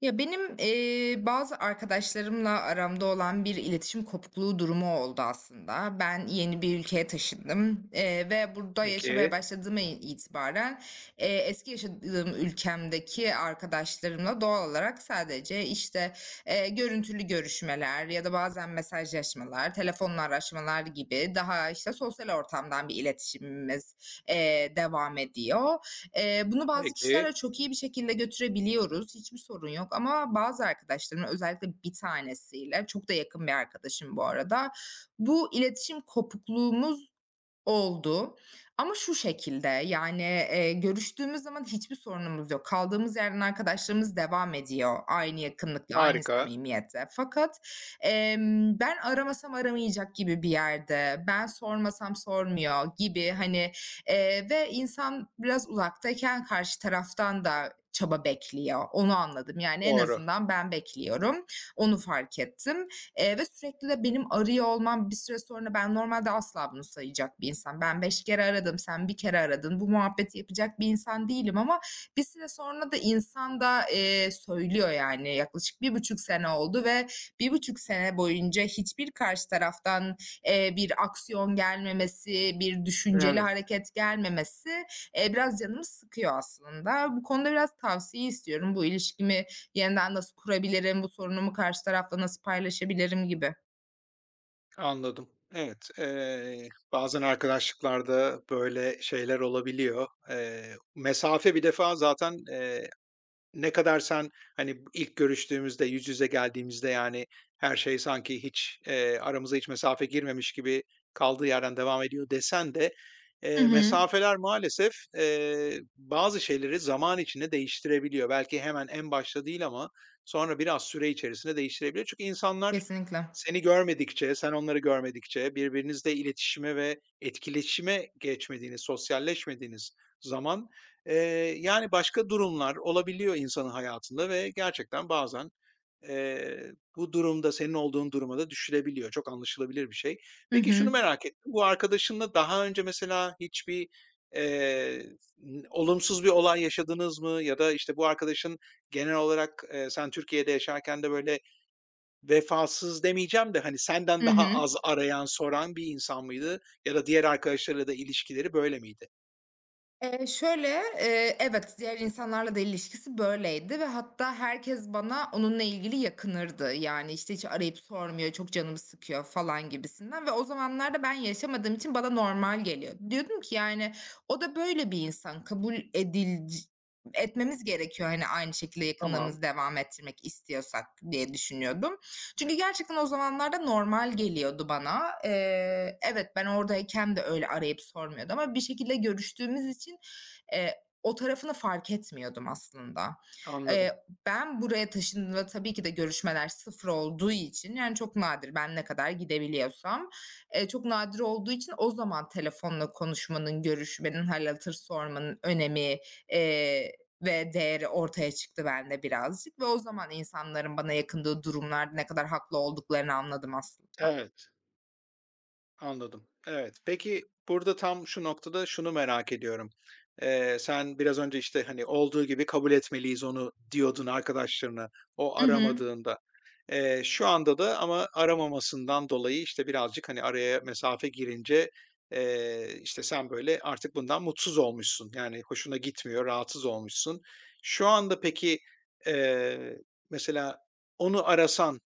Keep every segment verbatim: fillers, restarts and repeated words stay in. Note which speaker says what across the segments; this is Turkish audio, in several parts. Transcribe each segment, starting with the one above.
Speaker 1: Ya, benim, eee, bazı arkadaşlarımla aramda olan bir iletişim kopukluğu durumu oldu aslında. Ben yeni bir ülkeye taşındım, eee, ve burada yaşamaya
Speaker 2: Peki,
Speaker 1: başladığıma itibaren, eee, eski yaşadığım ülkemdeki arkadaşlarımla doğal olarak sadece, işte, eee, görüntülü görüşmeler ya da bazen mesajlaşmalar, telefonla araşmalar gibi daha, işte, sosyal ortamdan bir iletişimimiz, eee, devam ediyor. Eee, bunu bazı
Speaker 2: peki.
Speaker 1: kişilerle çok iyi bir şekilde götürebiliyoruz. Hiçbir sorun yok ama bazı arkadaşlarımla özellikle bir tanesiyle, çok da yakın bir arkadaşım bu arada, bu iletişim kopukluğumuz oldu ama şu şekilde, yani, eee, görüştüğümüz zaman hiçbir sorunumuz yok. Kaldığımız yerden arkadaşlarımız devam ediyor. Aynı yakınlıkla aynı
Speaker 2: Harika.
Speaker 1: samimiyette. Fakat, emm, ben aramasam aramayacak gibi bir yerde, ben sormasam sormuyor gibi, hani, eee, ve insan biraz uzaktayken karşı taraftan da çaba bekliyor. Onu anladım. Yani en
Speaker 2: Doğru.
Speaker 1: azından ben bekliyorum. Onu fark ettim. Eee, ve sürekli de benim arıyor olmam bir süre sonra ben normalde asla bunu sayacak bir insan. Ben beş kere aradım, sen bir kere aradın. Bu muhabbeti yapacak bir insan değilim ama bir süre sonra da insan da, eee, söylüyor yani. Yaklaşık bir buçuk sene oldu ve bir buçuk sene boyunca hiçbir karşı taraftan, eee, bir aksiyon gelmemesi, bir düşünceli
Speaker 2: Evet,
Speaker 1: hareket gelmemesi, eee, biraz canımı sıkıyor aslında. Bu konuda biraz tavsiye istiyorum. Bu ilişkimi yeniden nasıl kurabilirim, bu sorunumu karşı tarafla nasıl paylaşabilirim gibi.
Speaker 2: anladım. Evet, eee, bazen arkadaşlıklarda böyle şeyler olabiliyor. Eee, mesafe bir defa zaten, eee Ne kadar sen, hani, ilk görüştüğümüzde, yüz yüze geldiğimizde, yani, her şey sanki hiç, eee, aramıza hiç mesafe girmemiş gibi kaldığı yerden devam ediyor desen de,
Speaker 1: Hı
Speaker 2: eee,
Speaker 1: hı.
Speaker 2: mesafeler maalesef, eee, bazı şeyleri zaman içinde değiştirebiliyor. Belki hemen en başta değil ama sonra biraz süre içerisinde değiştirebiliyor. Çünkü insanlar
Speaker 1: Kesinlikle.
Speaker 2: seni görmedikçe, sen onları görmedikçe, birbirinizle iletişime ve etkileşime geçmediğiniz, sosyalleşmediğiniz zaman Eee, yani, başka durumlar olabiliyor insanın hayatında ve gerçekten bazen, eee, bu durumda, senin olduğun duruma da düşülebiliyor. Çok anlaşılabilir bir şey.
Speaker 1: Hı
Speaker 2: Peki şunu
Speaker 1: hı.
Speaker 2: merak ettim, bu arkadaşınla daha önce mesela hiçbir, eee, n olumsuz bir olay yaşadınız mı ya da, işte, bu arkadaşın genel olarak, eee, sen Türkiye'de yaşarken de böyle vefasız demeyeceğim de, hani, senden
Speaker 1: Hı
Speaker 2: daha
Speaker 1: hı.
Speaker 2: az arayan, soran bir insan mıydı ya da diğer arkadaşlarıyla da ilişkileri böyle miydi?
Speaker 1: Eee, şöyle, eee, evet, diğer insanlarla da ilişkisi böyleydi ve hatta herkes bana onunla ilgili yakınırdı. Yani, işte, hiç arayıp sormuyor, çok canımı sıkıyor falan gibisinden ve o zamanlarda ben yaşamadığım için bana normal geliyor. Diyordum ki, yani, o da böyle bir insan, kabul edilc etmemiz gerekiyor, hani, aynı şekilde
Speaker 2: Tamam,
Speaker 1: yakınlığımızı devam ettirmek istiyorsak diye düşünüyordum. Çünkü gerçekten o zamanlarda normal geliyordu bana. Eee, evet, ben oradayken de öyle arayıp sormuyordum ama bir şekilde görüştüğümüz için, eee, o tarafını fark etmiyordum aslında.
Speaker 2: anladım.
Speaker 1: Eee, ben buraya taşındığımda tabii ki de görüşmeler sıfır olduğu için, yani, çok nadir ben ne kadar gidebiliyorsam, eee, çok nadir olduğu için o zaman telefonla konuşmanın, görüşmenin, hâl hatır sormanın önemi, eee, ve değeri ortaya çıktı bende birazcık ve o zaman insanların bana yakındığı durumlarda ne kadar haklı olduklarını anladım aslında.
Speaker 2: Evet. Anladım. Evet. Peki, burada tam şu noktada şunu merak ediyorum. Eee, sen biraz önce, işte, hani, "Olduğu gibi kabul etmeliyiz onu." diyordun arkadaşlarına o
Speaker 1: Hı hı.
Speaker 2: aramadığında. Eee, şu anda da ama aramamasından dolayı, işte, birazcık, hani, araya mesafe girince, eee, işte, sen, böyle, artık bundan mutsuz olmuşsun. Yani, hoşuna gitmiyor, rahatsız olmuşsun. Şu anda peki, eee, mesela onu arasan,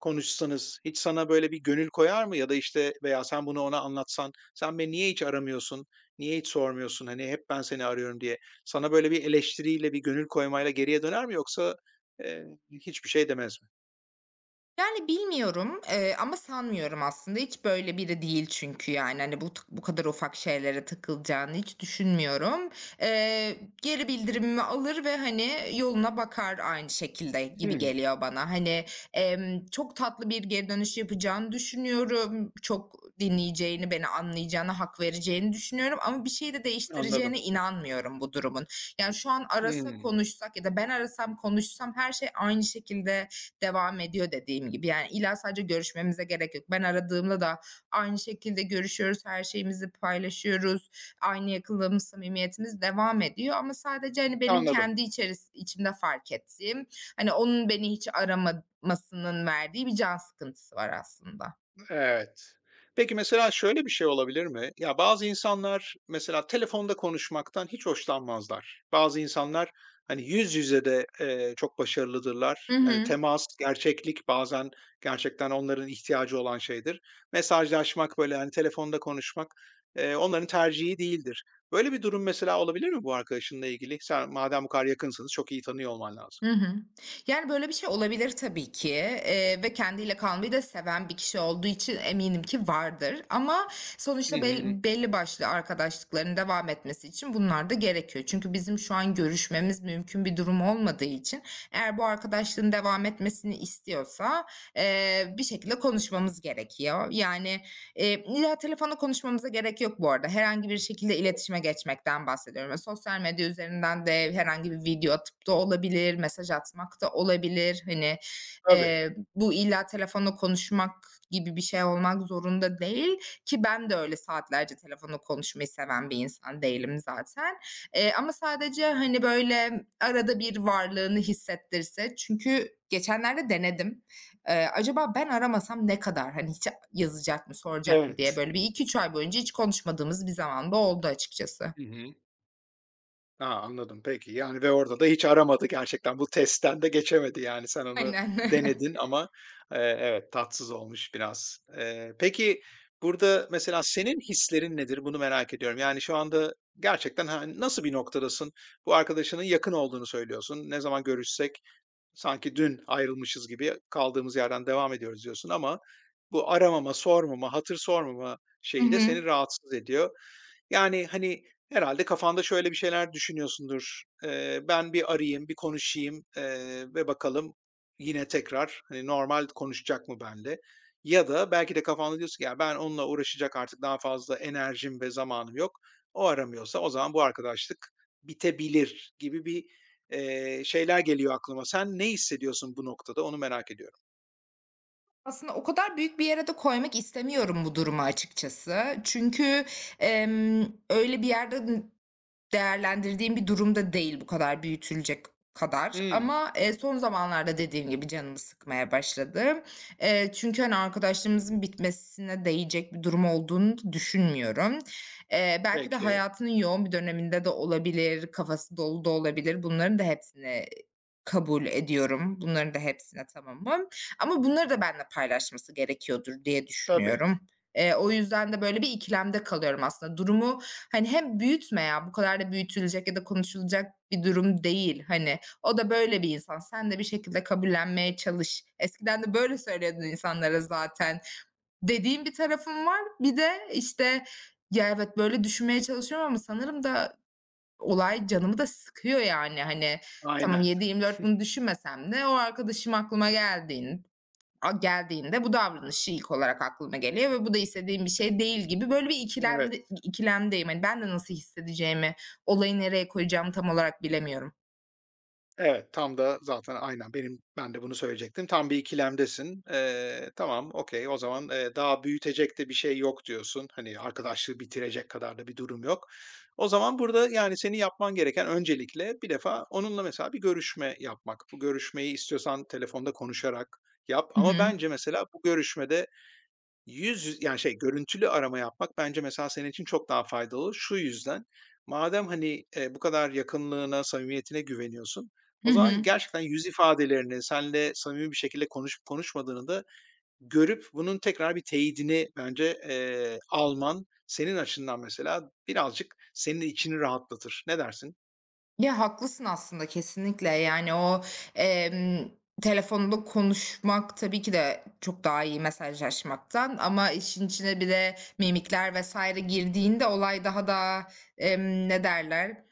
Speaker 2: konuşsanız hiç sana böyle bir gönül koyar mı ya da, işte, veya sen bunu ona anlatsan, "Sen beni niye hiç aramıyorsun, niye hiç sormuyorsun, hani, hep ben seni arıyorum." diye. Sana böyle bir eleştiriyle, bir gönül koymayla geriye döner mi yoksa, eee, hiçbir şey demez mi?
Speaker 1: Yani bilmiyorum, eee, ama sanmıyorum aslında. Hiç böyle biri değil çünkü yani, hani, bu bu kadar ufak şeylere takılacağını hiç düşünmüyorum. Eee, Geri bildirimimi alır ve, hani, yoluna bakar aynı şekilde gibi
Speaker 2: Hımm,
Speaker 1: geliyor bana. Hani, emm, çok tatlı bir geri dönüş yapacağını düşünüyorum. Çok dinleyeceğini, beni anlayacağını hak vereceğini düşünüyorum ama bir şey de
Speaker 2: anladım.
Speaker 1: değiştireceğine inanmıyorum bu durumun. Yani, şu an arasa,
Speaker 2: Hımm,
Speaker 1: konuşsak ya da ben arasam, konuşsam her şey aynı şekilde devam ediyor dediğim gibi. Yani illa sadece görüşmemize gerek yok. Ben aradığımda da aynı şekilde görüşüyoruz, her şeyimizi paylaşıyoruz. Aynı yakınlığımız, samimiyetimiz devam ediyor ama sadece, hani, benim
Speaker 2: anladım.
Speaker 1: kendi içeris içimde fark ettiğim, hani, onun beni hiç aramamasının verdiği bir can sıkıntısı var aslında.
Speaker 2: Evet. Peki mesela şöyle bir şey olabilir mi? Ya bazı insanlar mesela telefonda konuşmaktan hiç hoşlanmazlar. Bazı insanlar hani yüz yüze de eee, çok başarılıdırlar.
Speaker 1: Hı
Speaker 2: Yani
Speaker 1: hı.
Speaker 2: temas, gerçeklik bazen gerçekten onların ihtiyacı olan şeydir. Mesajlaşmak böyle hani telefonda konuşmak eee, onların tercihi değildir. Böyle bir durum mesela olabilir mi bu arkadaşınla ilgili? Sen madem bu kadar yakınsınız çok iyi tanıyor olman lazım.
Speaker 1: Hı hı. Yani, böyle bir şey olabilir tabii ki, eee, ve kendiyle kalmayı da seven bir kişi olduğu için eminim ki vardır ama
Speaker 2: Hı
Speaker 1: sonuçta
Speaker 2: hı.
Speaker 1: bel belli başlı arkadaşlıkların devam etmesi için bunlar da gerekiyor. Çünkü bizim şu an görüşmemiz mümkün bir durum olmadığı için eğer bu arkadaşlığın devam etmesini istiyorsa, eee, bir şekilde konuşmamız gerekiyor. Yani, Eee, illa telefonda konuşmamıza gerek yok bu arada. Herhangi bir şekilde iletişime geçmekten bahsediyorum. Eee, sosyal medya üzerinden de herhangi bir video atıp da olabilir, mesaj atmak da olabilir. Hani,
Speaker 2: Tabii.
Speaker 1: eee, bu illa telefonla konuşmak gibi bir şey olmak zorunda değil ki ben de öyle saatlerce telefonla konuşmayı seven bir insan değilim zaten. Eee, ama sadece, hani, böyle arada bir varlığını hissettirse çünkü geçenlerde denedim. Eee, acaba ben aramasam ne kadar, hani, hiç yazacak mı, soracak mı diye
Speaker 2: Evet.
Speaker 1: böyle bir iki üç ay boyunca hiç konuşmadığımız bir zamanda oldu açıkçası.
Speaker 2: Hı hı. A, anladım. Peki, yani ve orada da hiç aramadı gerçekten. Bu testten de geçemedi yani. Sen onu
Speaker 1: Aynen.
Speaker 2: denedin ama, eee, evet, tatsız olmuş biraz. Eee, peki, burada mesela senin hislerin nedir? Bunu merak ediyorum. Yani şu anda gerçekten, hani, nasıl bir noktadasın? Bu arkadaşının yakın olduğunu söylüyorsun. "Ne zaman görüşsek sanki dün ayrılmışız gibi kaldığımız yerden devam ediyoruz." diyorsun ama bu aramama, sormama, hatır sormama
Speaker 1: Hı
Speaker 2: şeyi de seni
Speaker 1: hı.
Speaker 2: rahatsız ediyor. Yani, hani, herhalde kafanda şöyle bir şeyler düşünüyorsundur: "Eee, ben bir arayayım, bir konuşayım, eee, ve bakalım yine tekrar, hani, normal konuşacak mı benle? Ya da belki de kafanda diyorsun ki, "Ya, ben onunla uğraşacak artık daha fazla enerjim ve zamanım yok. O aramıyorsa o zaman bu arkadaşlık bitebilir." gibi bir, eee, şeyler geliyor aklıma. Sen ne hissediyorsun bu noktada? Onu merak ediyorum.
Speaker 1: Aslında o kadar büyük bir yere de koymak istemiyorum bu durumu açıkçası. Çünkü, emm, öyle bir yerde n Değerlendirdiğim bir durumda değil bu kadar büyütülecek kadar
Speaker 2: Hımm.
Speaker 1: ama, eee, son zamanlarda dediğim gibi canımı sıkmaya başladı. Eee, çünkü, hani, arkadaşlığımızın bitmesine değecek bir durum olduğunu düşünmüyorum. Eee, belki de
Speaker 2: Peki.
Speaker 1: hayatının yoğun bir döneminde de olabilir, kafası dolu da olabilir. Bunların da hepsini kabul ediyorum. Bunların da hepsine tamamım ama bunları da benimle paylaşması gerekiyordur diye
Speaker 2: Tabii.
Speaker 1: düşünüyorum. Eee, o yüzden de böyle bir ikilemde kalıyorum aslında. Durumu, hani, hem büyütme ya, bu kadar da büyütülecek ya da konuşulacak bir durum değil, hani. O da böyle bir insan. Sen de bir şekilde kabullenmeye çalış. Eskiden de böyle söylüyordun insanlara zaten dediğim bir tarafım var. Bir de, işte, ya, evet, böyle düşünmeye çalışıyorum ama sanırım da olay canımı da sıkıyor yani. Hani, tamam
Speaker 2: Aynen.
Speaker 1: yedi yirmi dört bunu düşünmesem de o arkadaşım aklıma geldiğin geldiğinde bu davranışı ilk olarak aklıma geliyor ve bu da istediğim bir şey değil gibi böyle bir ikilemde,
Speaker 2: Evet.
Speaker 1: ikilemdeyim. Hani ben de nasıl hissedeceğimi, olayı nereye koyacağımı tam olarak bilemiyorum.
Speaker 2: Evet, tam da zaten aynen benim ben de bunu söyleyecektim. Tam bir ikilemdesin. Eee, tamam, okay, o zaman, eee, daha büyütecek de bir şey yok diyorsun. Hani, arkadaşlığı bitirecek kadar da bir durum yok. O zaman burada, yani, senin yapman gereken öncelikle bir defa onunla mesela bir görüşme yapmak. Bu görüşmeyi istiyorsan telefonda konuşarak yap
Speaker 1: Hı
Speaker 2: ama
Speaker 1: hı.
Speaker 2: bence mesela bu görüşmede yüz yüz yani, şey, görüntülü arama yapmak bence mesela senin için çok daha faydalı. Şu yüzden, madem, hani, eee, bu kadar yakınlığına, samimiyetine güveniyorsun,
Speaker 1: Hı
Speaker 2: o zaman
Speaker 1: hı.
Speaker 2: gerçekten yüz ifadelerini, senle samimi bir şekilde konuşup konuşmadığını da görüp bunun tekrar bir teyidini bence, eee, alman senin açından mesela birazcık senin içini rahatlatır. Ne dersin?
Speaker 1: Ya haklısın aslında kesinlikle. Yani o em, telefonda konuşmak tabii ki de çok daha iyi mesajlaşmaktan ama işin içine bir de mimikler vesaire girdiğinde olay daha da em, ne derler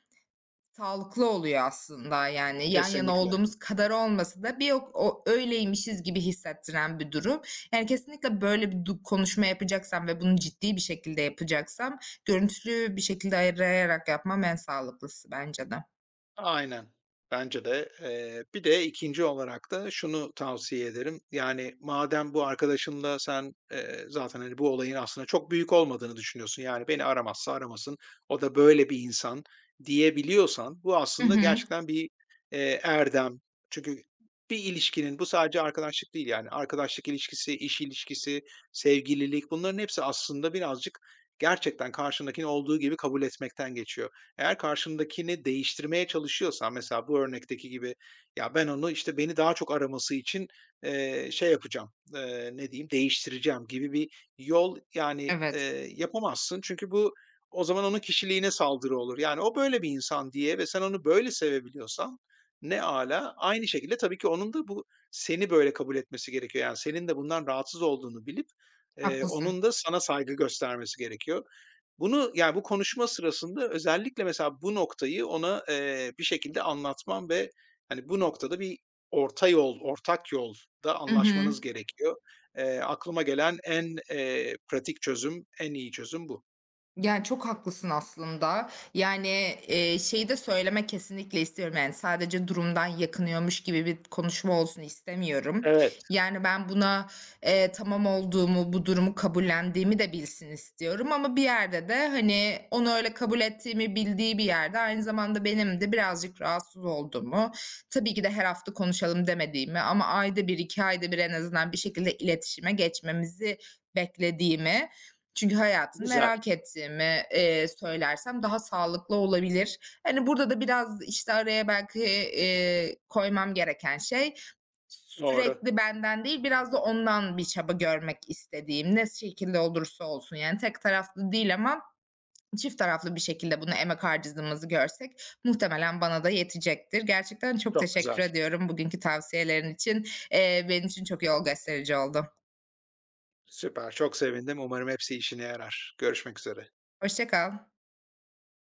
Speaker 1: sağlıklı oluyor aslında, yani, yan yana
Speaker 2: Kesinlikle.
Speaker 1: olduğumuz kadar olmasa da bir o o öyleymişiz gibi hissettiren bir durum. Yani, kesinlikle böyle bir du konuşma yapacaksam ve bunu ciddi bir şekilde yapacaksam görüntülü bir şekilde ayarlayarak yapmam en sağlıklısı bence de.
Speaker 2: Aynen. Bence de. Eee, bir de ikinci olarak da şunu tavsiye ederim. Yani madem bu arkadaşınla sen, eee, zaten, hani, bu olayın aslında çok büyük olmadığını düşünüyorsun, yani, beni aramazsa aramasın, o da böyle bir insan diyebiliyorsan bu
Speaker 1: Hı
Speaker 2: aslında
Speaker 1: hı.
Speaker 2: gerçekten bir, eee, erdem. Çünkü bir ilişkinin bu sadece arkadaşlık değil, yani, arkadaşlık ilişkisi, iş ilişkisi, sevgililik bunların hepsi aslında birazcık gerçekten karşındakini olduğu gibi kabul etmekten geçiyor. Eğer karşındakini değiştirmeye çalışıyorsan mesela bu örnekteki gibi ya ben onu işte beni daha çok araması için, eee, şey yapacağım, eee, ne diyeyim, değiştireceğim gibi bir yol yani,
Speaker 1: Evet,
Speaker 2: eee, yapamazsın. Çünkü bu o zaman onun kişiliğine saldırı olur. Yani o böyle bir insan diye ve sen onu böyle sevebiliyorsan ne ala. Aynı şekilde tabii ki onun da bu seni böyle kabul etmesi gerekiyor. Yani senin de bundan rahatsız olduğunu bilip, eee,
Speaker 1: haklısın.
Speaker 2: onun da sana saygı göstermesi gerekiyor. Bunu, yani, bu konuşma sırasında özellikle mesela bu noktayı ona, eee, bir şekilde anlatmam ve, hani, bu noktada bir orta yol, ortak yolda
Speaker 1: Hı hı.
Speaker 2: anlaşmanız gerekiyor. Eee, aklıma gelen en, eee, pratik çözüm, en iyi çözüm bu.
Speaker 1: Yani, çok haklısın aslında. Yani, eee, şeyi de söyleme kesinlikle istiyorum, yani, sadece durumdan yakınıyormuş gibi bir konuşma olsun istemiyorum.
Speaker 2: Evet,
Speaker 1: Yani, ben buna, eee, tamam olduğumu, bu durumu kabullendiğimi de bilsin istiyorum ama bir yerde de, hani, onu öyle kabul ettiğimi bildiği bir yerde aynı zamanda benim de birazcık rahatsız olduğumu, tabii ki de her hafta konuşalım demediğimi ama ayda bir iki ayda bir en azından bir şekilde iletişime geçmemizi beklediğimi çünkü hayatını
Speaker 2: güzel,
Speaker 1: merak ettiğimi, eee, söylersem daha sağlıklı olabilir. Hani, burada da biraz, işte, araya belki, eee, koymam gereken şey
Speaker 2: doğru,
Speaker 1: sürekli benden değil, biraz da ondan bir çaba görmek istediğim, ne şekilde olursa olsun. Yani tek taraflı değil ama çift taraflı bir şekilde buna emek harcadığımızı görsek muhtemelen bana da yetecektir. Gerçekten çok
Speaker 2: çok güzel,
Speaker 1: teşekkür ediyorum bugünkü tavsiyelerin için. Eee, benim için çok yol gösterici oldu.
Speaker 2: süper, çok sevindim. Umarım hepsi işine yarar. Görüşmek üzere.
Speaker 1: Hoşça kal.